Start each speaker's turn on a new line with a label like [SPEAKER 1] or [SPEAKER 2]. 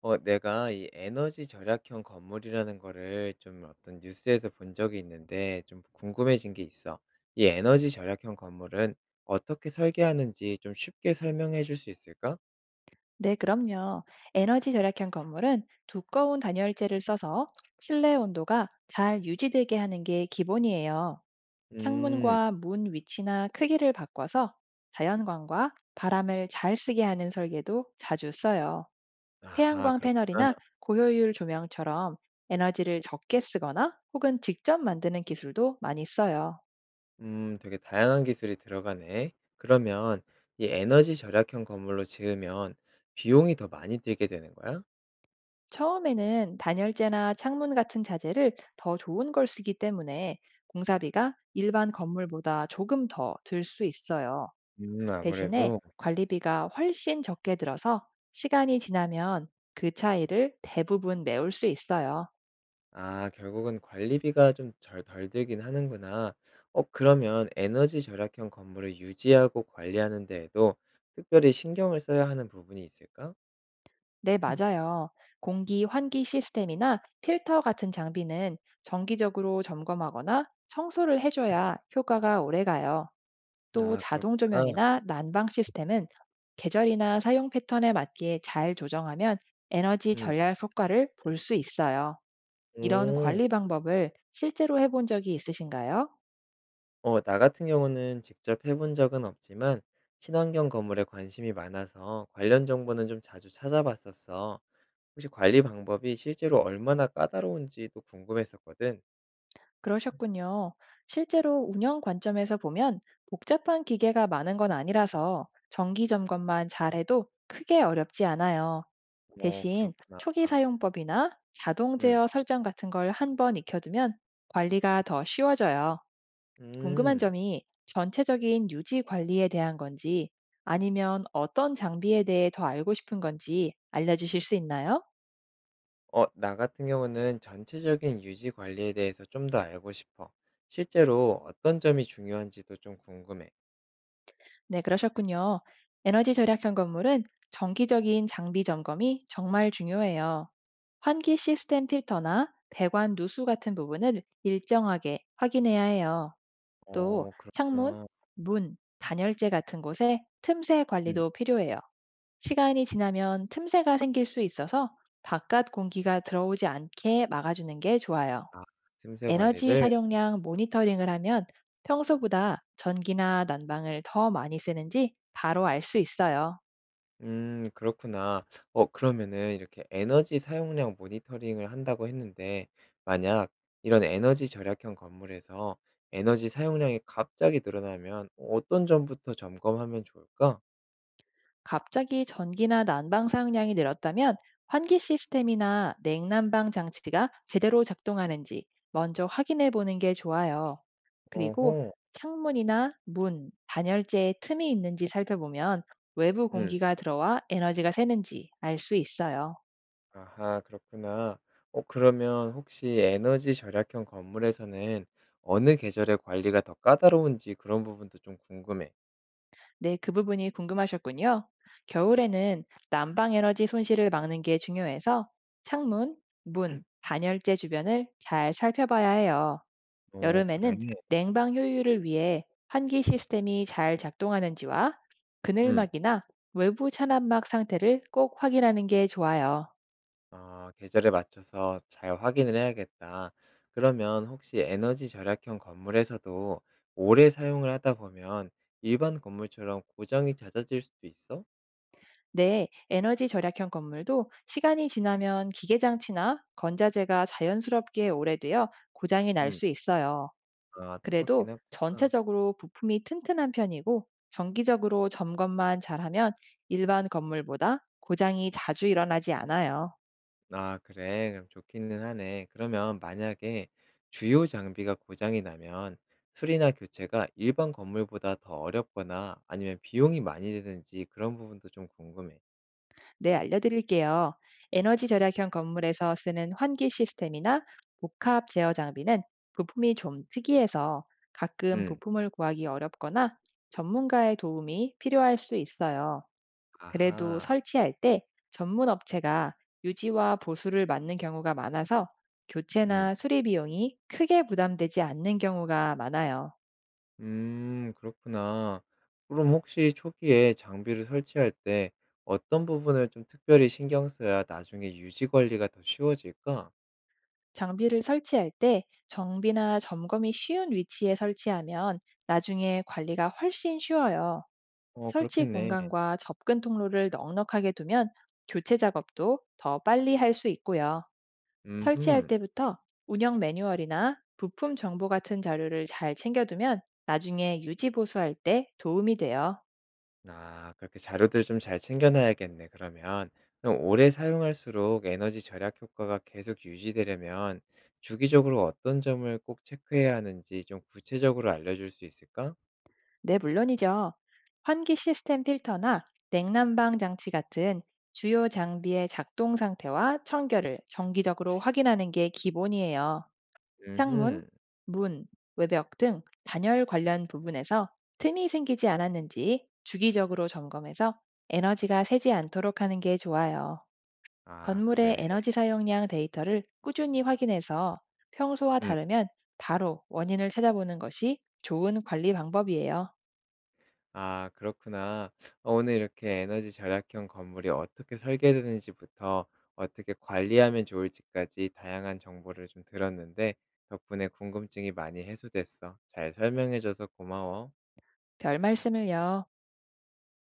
[SPEAKER 1] 어 내가 이 에너지 절약형 건물이라는 거를 좀 어떤 뉴스에서 본 적이 있는데 좀 궁금해진 게 있어. 이 에너지 절약형 건물은 어떻게 설계하는지 좀 쉽게 설명해 줄 수 있을까?
[SPEAKER 2] 네, 그럼요. 에너지 절약형 건물은 두꺼운 단열재를 써서 실내 온도가 잘 유지되게 하는 게 기본이에요.
[SPEAKER 1] 음.
[SPEAKER 2] 창문과 문 위치나 크기를 바꿔서 자연광과 바람을 잘 쓰게 하는 설계도 자주 써요.
[SPEAKER 1] 아하,
[SPEAKER 2] 태양광
[SPEAKER 1] 그렇구나.
[SPEAKER 2] 패널이나 고효율 조명처럼 에너지를 적게 쓰거나 혹은 직접 만드는 기술도 많이 써요.
[SPEAKER 1] 음, 되게 다양한 기술이 들어가네. 그러면 이 에너지 절약형 건물로 지으면 비용이 더 많이 들게 되는 거야?
[SPEAKER 2] 처음에는 단열재나 창문 같은 자재를 더 좋은 걸 쓰기 때문에 공사비가 일반 건물보다 조금 더 들 수 있어요.
[SPEAKER 1] 음,
[SPEAKER 2] 대신에
[SPEAKER 1] 아무래도.
[SPEAKER 2] 관리비가 훨씬 적게 들어서 시간이 지나면 그 차이를 대부분 메울 수 있어요.
[SPEAKER 1] 아, 결국은 관리비가 좀 절 덜 들긴 하는구나. 어, 그러면 에너지 절약형 건물을 유지하고 관리하는 데에도 특별히 신경을 써야 하는 부분이 있을까?
[SPEAKER 2] 네, 맞아요. 공기 환기 시스템이나 필터 같은 장비는 정기적으로 점검하거나 청소를 해줘야 효과가 오래 가요. 또
[SPEAKER 1] 아,
[SPEAKER 2] 자동
[SPEAKER 1] 그렇구나.
[SPEAKER 2] 조명이나 난방 시스템은 계절이나 사용 패턴에 맞게 잘 조정하면 에너지
[SPEAKER 1] 음.
[SPEAKER 2] 절약 효과를 볼 수 있어요. 이런
[SPEAKER 1] 오.
[SPEAKER 2] 관리 방법을 실제로 해본 적이 있으신가요?
[SPEAKER 1] 어, 나 같은 경우는 직접 해본 적은 없지만 친환경 건물에 관심이 많아서 관련 정보는 좀 자주 찾아봤었어. 혹시 관리 방법이 실제로 얼마나 까다로운지도 궁금했었거든.
[SPEAKER 2] 그러셨군요. 실제로 운영 관점에서 보면 복잡한 기계가 많은 건 아니라서 정기 점검만 잘해도 크게 어렵지 않아요.
[SPEAKER 1] 어,
[SPEAKER 2] 대신
[SPEAKER 1] 그렇구나.
[SPEAKER 2] 초기 사용법이나 자동
[SPEAKER 1] 음.
[SPEAKER 2] 제어 설정 같은 걸 한 번 익혀두면 관리가 더 쉬워져요. 궁금한
[SPEAKER 1] 음.
[SPEAKER 2] 점이 전체적인 유지 관리에 대한 건지 아니면 어떤 장비에 대해 더 알고 싶은 건지 알려주실 수 있나요?
[SPEAKER 1] 어, 나 같은 경우는 전체적인 유지 관리에 대해서 좀 더 알고 싶어. 실제로 어떤 점이 중요한지도 좀 궁금해.
[SPEAKER 2] 네, 그러셨군요. 에너지 절약형 건물은 정기적인 장비 점검이 정말 중요해요. 환기 시스템 필터나 배관 누수 같은 부분을 일정하게 확인해야 해요. 또
[SPEAKER 1] 어,
[SPEAKER 2] 창문,
[SPEAKER 1] 그렇구나.
[SPEAKER 2] 문, 단열재 같은 곳의 틈새
[SPEAKER 1] 음.
[SPEAKER 2] 관리도 필요해요. 시간이 지나면 틈새가 생길 수 있어서 바깥 공기가 들어오지 않게 막아주는 게 좋아요.
[SPEAKER 1] 아, 틈새
[SPEAKER 2] 에너지
[SPEAKER 1] 관리를?
[SPEAKER 2] 사용량 모니터링을 하면 평소보다 전기나 난방을 더 많이 쓰는지 바로 알 수 있어요.
[SPEAKER 1] 그렇구나. 어, 그러면은 이렇게 에너지 사용량 모니터링을 한다고 했는데, 만약 이런 에너지 절약형 건물에서 에너지 사용량이 갑자기 늘어나면 어떤 점부터 점검하면 좋을까?
[SPEAKER 2] 갑자기 전기나 난방 사용량이 늘었다면 환기 시스템이나 냉난방 장치가 제대로 작동하는지 먼저 확인해 보는 게 좋아요.
[SPEAKER 1] 어허.
[SPEAKER 2] 그리고 창문이나 문, 단열재에 틈이 있는지 살펴보면 외부
[SPEAKER 1] 음.
[SPEAKER 2] 공기가 들어와 에너지가 새는지 알 수 있어요.
[SPEAKER 1] 아하, 그렇구나. 어, 그러면 혹시 에너지 절약형 건물에서는 어느 계절의 관리가 더 까다로운지 그런 부분도 좀 궁금해.
[SPEAKER 2] 네, 그 부분이 궁금하셨군요. 겨울에는 난방 에너지 손실을 막는 게 중요해서 창문, 문, 단열재 주변을 잘 살펴봐야 해요.
[SPEAKER 1] 오, 그래?
[SPEAKER 2] 여름에는 냉방 효율을 위해 환기 시스템이 잘 작동하는지와
[SPEAKER 1] 음.
[SPEAKER 2] 그늘막이나 외부 찬압막 상태를 꼭 확인하는 게 좋아요.
[SPEAKER 1] 아, 계절에 맞춰서 잘 확인을 해야겠다. 그러면 혹시 에너지 절약형 건물에서도 오래 사용을 하다 보면 일반 건물처럼 고장이 잦아질 수도 있어?
[SPEAKER 2] 네, 에너지 절약형 건물도 시간이 지나면 기계 장치나 건자재가 자연스럽게 오래되어 고장이 날
[SPEAKER 1] 음.
[SPEAKER 2] 수 있어요.
[SPEAKER 1] 아,
[SPEAKER 2] 그래도
[SPEAKER 1] 똑같긴 하구나.
[SPEAKER 2] 전체적으로 부품이 튼튼한 편이고 정기적으로 점검만 잘하면 일반 건물보다 고장이 자주 일어나지 않아요.
[SPEAKER 1] 아, 그래. 그럼 좋기는 하네. 그러면 만약에 주요 장비가 고장이 나면 수리나 교체가 일반 건물보다 더 어렵거나 아니면 비용이 많이 드는지 그런 부분도 좀 궁금해.
[SPEAKER 2] 네, 알려드릴게요. 에너지 절약형 건물에서 쓰는 환기 시스템이나 복합 제어 장비는 부품이 좀 특이해서 가끔
[SPEAKER 1] 음.
[SPEAKER 2] 부품을 구하기 어렵거나 전문가의 도움이 필요할 수 있어요. 그래도
[SPEAKER 1] 아하.
[SPEAKER 2] 설치할 때 전문 업체가 유지와 보수를 맡는 경우가 많아서
[SPEAKER 1] 음.
[SPEAKER 2] 교체나 수리 비용이 크게 부담되지 않는 경우가 많아요.
[SPEAKER 1] 음, 그렇구나. 그럼 혹시 초기에 장비를 설치할 때 어떤 부분을 좀 특별히 신경 써야 나중에 유지 관리가 더 쉬워질까?
[SPEAKER 2] 장비를 설치할 때 정비나 점검이 쉬운 위치에 설치하면 나중에 관리가 훨씬 쉬워요.
[SPEAKER 1] 어,
[SPEAKER 2] 설치
[SPEAKER 1] 그렇겠네.
[SPEAKER 2] 공간과 접근 통로를 넉넉하게 두면 교체 작업도 더 빨리 할 수 있고요. 설치할
[SPEAKER 1] 음흠.
[SPEAKER 2] 때부터 운영 매뉴얼이나 부품 정보 같은 자료를 잘 챙겨두면 나중에 유지 보수할 때 도움이 돼요.
[SPEAKER 1] 아, 그렇게 자료들 좀 잘 챙겨 놔야겠네, 그러면. 그럼 오래 사용할수록 에너지 절약 효과가 계속 유지되려면 주기적으로 어떤 점을 꼭 체크해야 하는지 좀 구체적으로 알려줄 수 있을까?
[SPEAKER 2] 네, 물론이죠. 환기 시스템 필터나 냉난방 장치 같은 주요 장비의 작동 상태와 청결을 정기적으로 확인하는 게 기본이에요. 창문,
[SPEAKER 1] 음흠.
[SPEAKER 2] 문, 외벽 등 단열 관련 부분에서 틈이 생기지 않았는지 주기적으로 점검해서 에너지가 새지 않도록 하는 게 좋아요.
[SPEAKER 1] 아,
[SPEAKER 2] 건물의
[SPEAKER 1] 그래.
[SPEAKER 2] 에너지 사용량 데이터를 꾸준히 확인해서 평소와
[SPEAKER 1] 음.
[SPEAKER 2] 다르면 바로 원인을 찾아보는 것이 좋은 관리 방법이에요.
[SPEAKER 1] 아, 그렇구나. 어, 오늘 이렇게 에너지 절약형 건물이 어떻게 설계되는지부터 어떻게 관리하면 좋을지까지 다양한 정보를 좀 들었는데 덕분에 궁금증이 많이 해소됐어. 잘 설명해 줘서 고마워.
[SPEAKER 2] 별 말씀을요.